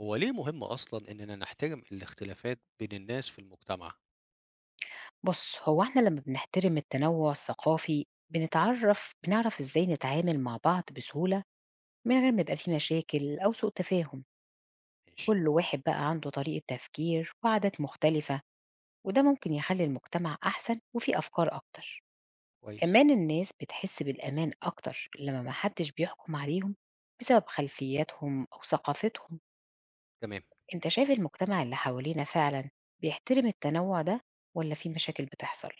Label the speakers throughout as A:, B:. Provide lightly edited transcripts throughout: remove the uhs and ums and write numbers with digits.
A: هو ليه مهم أصلًا إننا نحترم الاختلافات بين الناس في المجتمع؟
B: بُص، هو إحنا لمّا بنحترم التنوُّع الثقافي، بنعرف إزاي نتعامل مع بعض بسهولة من غير ما يبقى في مشاكل أو سوء تفاهم.
A: ماشي،
B: كل واحد بقى عنده طريقة تفكير وعادات مختلفة، وده ممكن يخلّي المجتمع أحسن وفيه أفكار أكتر.
A: كويس،
B: كمان الناس بتحس بالأمان أكتر لمّا ما حدّش بيحكم عليهم بسبب خلفياتهم أو ثقافتهم.
A: تمام.
B: أنت شايف المجتمع اللي حوالينا فعلًا بيحترم التنوُع ده والّا في مشاكل بتحصل؟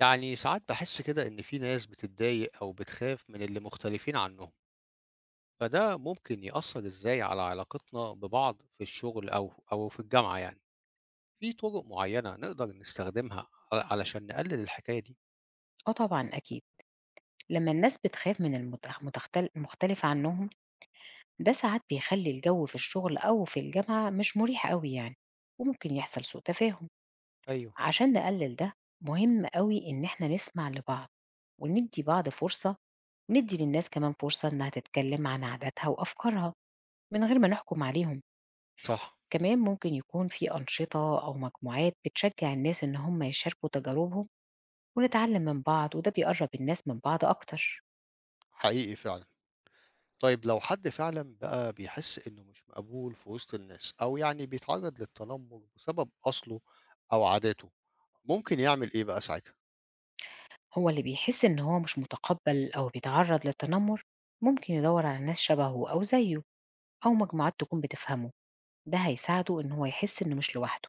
A: يعني ساعات باحس كده إن في ناس بتتضايق أو بتخاف من اللي مختلفين عنهم، فده ممكن يأثّر إزاي على علاقتنا ببعض في الشغل أو في الجامعة يعني؟ في طرق معيّنة نقدر نستخدمها علشان نقلل الحكاية دي؟
B: آه طبعًا أكيد. لما الناس بتخاف من المختلف عنهم، ده ساعات بيخلي الجو في الشغل أو في الجامعة مش مريح قوي يعني، وممكن يحصل سوء تفاهم.
A: أيوه،
B: عشان نقلل ده، مهم قوي إن احنا نسمع لبعض وندي بعض فرصة، وندي للناس كمان فرصة إنها تتكلم عن عاداتها وأفكارها من غير ما نحكم عليهم.
A: صح،
B: كمان ممكن يكون في أنشطة أو مجموعات بتشجع الناس إن هم يشاركوا تجاربهم ونتعلم من بعض، وده بيقرب الناس من بعض أكتر.
A: حقيقي فعلًا. طيب لو حد فعلًا بقى بيحس إنه مش مقبول في وسط الناس أو يعني بيتعرّض للتنمر بسبب أصله أو عاداته، ممكن يعمل إيه بقى ساعتها؟
B: هو اللي بيحس إن هو مش متقبل أو بيتعرض للتنمر، ممكن يدور على ناس شبهه أو زيه، أو مجموعات تكون بتفهمه. ده هيساعده إن هو يحس إنه مش لوحده.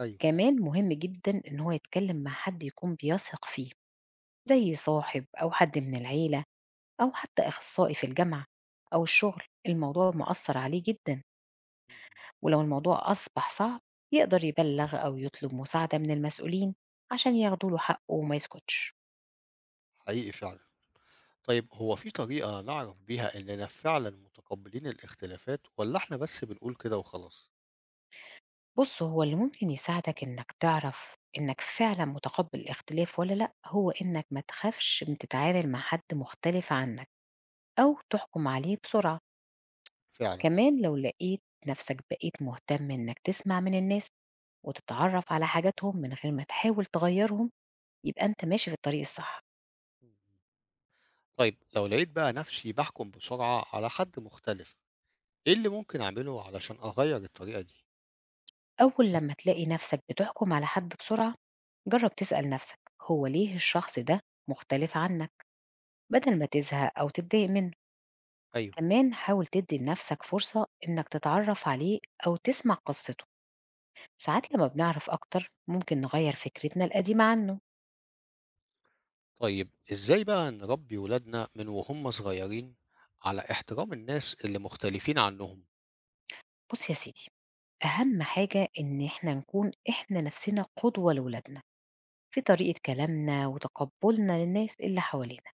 A: أيوه،
B: كمان مهم جدا إن هو يتكلم مع حد يكون بيثق فيه، زي صاحب أو حد من العيلة، أو حتى أخصائي في الجامعة أو الشغل. الموضوع مؤثر عليه جدا، ولو الموضوع أصبح صعب، يقدر يبلغ أو يطلب مساعدة من المسؤولين عشان ياخدوا له حقه وما يسكتش.
A: حقيقي فعلًا. طيب هو في طريقة نعرف بيها إننا فعلًا متقبلين الاختلافات والّا إحنا بس بنقول كده وخلاص؟
B: بُص، هو اللي ممكن يساعدك إنك تعرف إنك فعلًا متقبّل الاختلاف والّا لأ، هو إنك ما تخافش من تتعامل مع حد مختلف عنك أو تحكُم عليه بسرعة.
A: فعلًا آه.
B: كمان لو لقيت نفسك بقيت مهتم إنك تسمع من الناس وتتعرّف على حاجاتهم من غير ما تحاول تغيّرهم، يبقى أنت ماشي في الطريق الصح.
A: إمم، إمم. طيب لو لقيت بقى نفسي باحكم بسرعة على حد مختلف، إيه اللي ممكن أعمله علشان أغيّر الطريقة دي؟
B: أول لمّا تلاقي نفسك بتحكُم على حد بسرعة، جرّب تسأل نفسك هو ليه الشخص ده مختلف عنك، بدل ما تزهق أو تتضايق منه.
A: أيوه.
B: كمان حاول تدي لنفسك فرصة إنك تتعرف عليه أو تسمع قصته.
A: إمم،
B: ساعات
A: إمم.
B: لما بنعرف أكتر ممكن نغير فكرتنا القديمة عنه.
A: طيب إزاي بقى نربّي ولادنا من وهُم صغيرين على احترام الناس اللي مختلفين عنهم؟
B: بص يا سيدي، أهم حاجة إن إحنا نكون إحنا نفسنا قدوة لولادنا في طريقة كلامنا وتقبلنا للناس اللي حوالينا.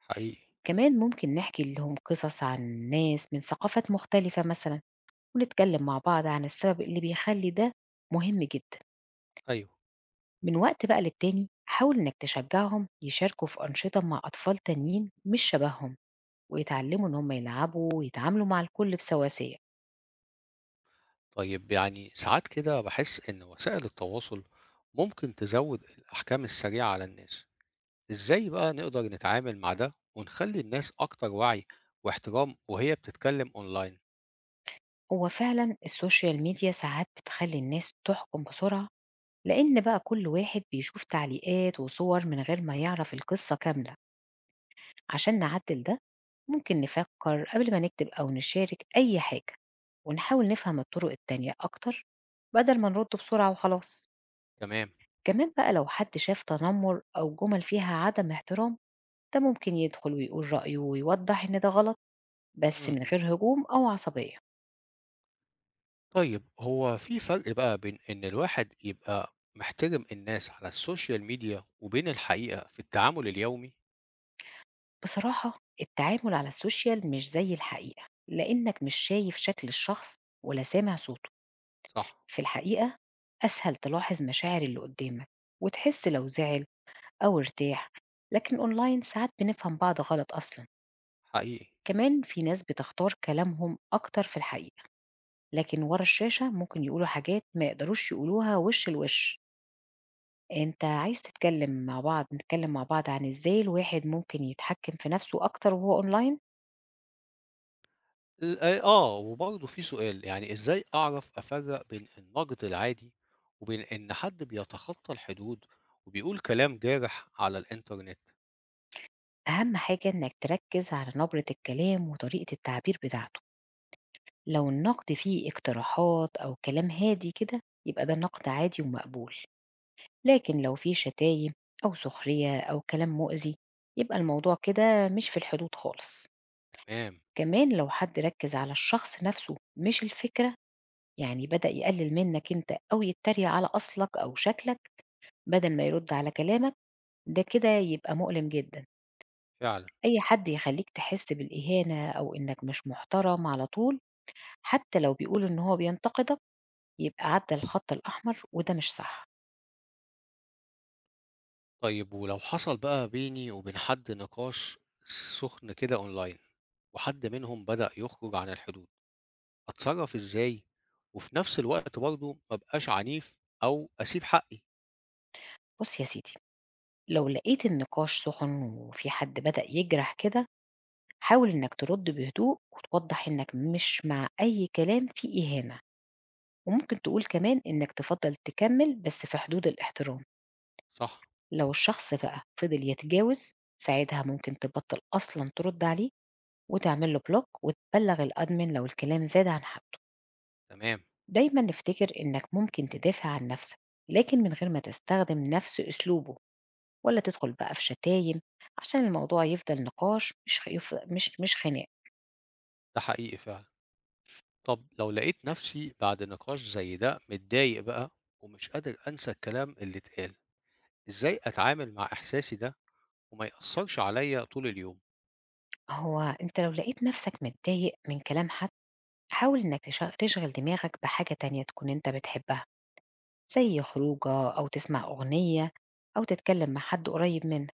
A: حقيقي.
B: كمان ممكن نحكي لهم قصص عن ناس من ثقافات مختلفة مثلا، ونتكلم مع بعض عن السبب اللي بيخلي ده مهم جدا.
A: أيوه.
B: من وقت بقى للتاني حاول إنك تشجعهم يشاركوا في أنشطة مع أطفال تانيين مش شبههم،
A: إمم.
B: ويتعلموا إن هم يلعبوا ويتعاملوا مع الكل بسواسية.
A: طيب يعني ساعات كده باحس إن وسائل التواصل ممكن تزود الأحكام السريعة على الناس، إزاي بقى نقدر نتعامل مع ده ونخلي الناس أكتر وعي واحترام وهي بتتكلم أونلاين؟
B: هو فعلا السوشيال ميديا ساعات بتخلي الناس تحكم بسرعة، لأن بقى كل واحد بيشوف تعليقات وصور من غير ما يعرف القصة كاملة. عشان نعدل ده، ممكن نفكر قبل ما نكتب أو نشارك أي حاجة، ونحاول نفهم الطرق التانية أكتر بدل ما نرد بسرعة وخلاص.
A: تمام.
B: كمان بقى لو حد شاف تنمر أو جمل فيها عدم احترام، ده ممكن يدخل ويقول رأيه ويوضح إن ده غلط، بس
A: إمم،
B: من
A: إمم.
B: غير هجوم أو عصبية.
A: طيب هو في فرق بقى بين إن الواحد يبقى محترم الناس على السوشيال ميديا وبين الحقيقة في التعامل اليومي؟
B: بصراحة التعامل على السوشيال مش زي الحقيقة، لأنك مش شايف شكل الشخص ولا سامع صوته.
A: صح،
B: في الحقيقة أسهل تلاحظ مشاعر اللي قدامك وتحس لو زعل أو ارتاح، لكن أونلاين ساعات بنفهم بعض غلط أصلا.
A: حقيقي.
B: كمان في ناس بتختار كلامهم أكتر في الحقيقة، لكن ورا الشاشة ممكن يقولوا حاجات ما يقدروش يقولوها وش لوش. أنت عايز تتكلم مع بعض، نتكلم مع بعض عن إزاي الواحد ممكن يتحكم في نفسه أكتر وهو أونلاين.
A: ال آه، وبرضه في سؤال، يعني إزاي أعرف أفرّق بين النقد العادي وبين إن حد بيتخطى الحدود وبيقول كلام جارح على الإنترنت؟
B: أهم حاجة إنك تركز على نبرة الكلام وطريقة التعبير بتاعته. لو النقد فيه اقتراحات أو كلام هادي كده، يبقى ده نقد عادي ومقبول، لكن لو فيه شتايم أو سخرية أو كلام مؤذي، يبقى الموضوع كده مش في الحدود خالص.
A: تمام،
B: كمان لو حد ركز على الشخص نفسه مش الفكرة، يعني بدأ يقلل منك أنت أو يتريق على أصلك أو شكلك بدل ما يرد على كلامك، ده كده يبقى مؤلم جدا.
A: فعلًا.
B: أي حد يخليك تحس بالإهانة أو إنك مش محترم على طول، حتى لو بيقول إن هو بينتقدك، يبقى عدى الخط الأحمر وده مش صح.
A: طيب ولو حصل بقى بيني وبين حد نقاش سُخن كده online وحد منهم بدأ يخرج عن الحدود، أتصرّف إزاي وفي نفس الوقت برضه ما أبقاش عنيف أو أسيب حقي؟
B: بص يا سيدي، لو لقيت النقاش سخن وفي حد بدأ يجرح كده، حاول إنك ترد بهدوء وتوضح إنك مش مع أي كلام فيه إهانة، وممكن تقول كمان إنك تفضل تكمل بس في حدود الاحترام.
A: صح،
B: لو الشخص بقى فضل يتجاوز، ساعتها ممكن تبطل أصلا ترد عليه، وتعمل له بلوك وتبلغ الأدمن لو الكلام زاد عن حده.
A: تمام،
B: دايما نفتكر إنك ممكن تدافع عن نفسك، لكن من غير ما تستخدم نفس أسلوبه، ولا تدخل بقى في شتايم، عشان الموضوع يفضل نقاش مش خيف مش مش خناق.
A: ده حقيقي فعلًا. طب لو لقيت نفسي بعد نقاش زي ده متضايق بقى ومش قادر أنسى الكلام اللي اتقال، إزاي أتعامل مع إحساسي ده وما يأثرش عليا طول اليوم؟
B: هو انت لو لقيت نفسك متضايق من كلام حد، حاول انك تشغل دماغك بحاجة تانية تكون انت بتحبها، زي خروجة أو تسمع أغنية، أو تتكلم مع حد قريب منك.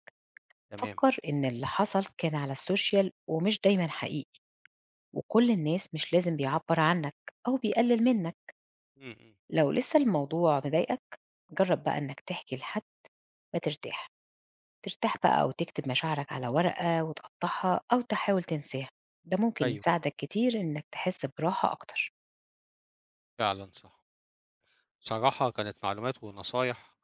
A: تمام.
B: فكر إن اللي حصل كان على السوشيال ومش دايما حقيقي، وكل الناس مش لازم بيعبر عنك أو بيقلل منك.
A: إمم، إمم.
B: لو لسه الموضوع مضايقك، جرب بقى إنك تحكي لحد ما ترتاح ترتاح بقى، أو تكتب مشاعرك على ورقة وتقطعها أو تحاول تنساها. ده ممكن
A: أيوه،
B: يساعدك كتير إنك تحس براحة أكتر.
A: فعلًا صح. بصراحة كانت معلومات ونصايح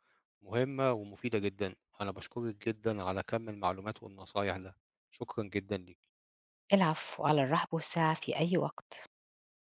A: مهمة ومفيدة جدًا. أنا باشكرِك جدًا على كم المعلومات والنصايح ده. شكرًا جدًا ليكِ.
B: العفو، على الرحب والسعة في أي وقت.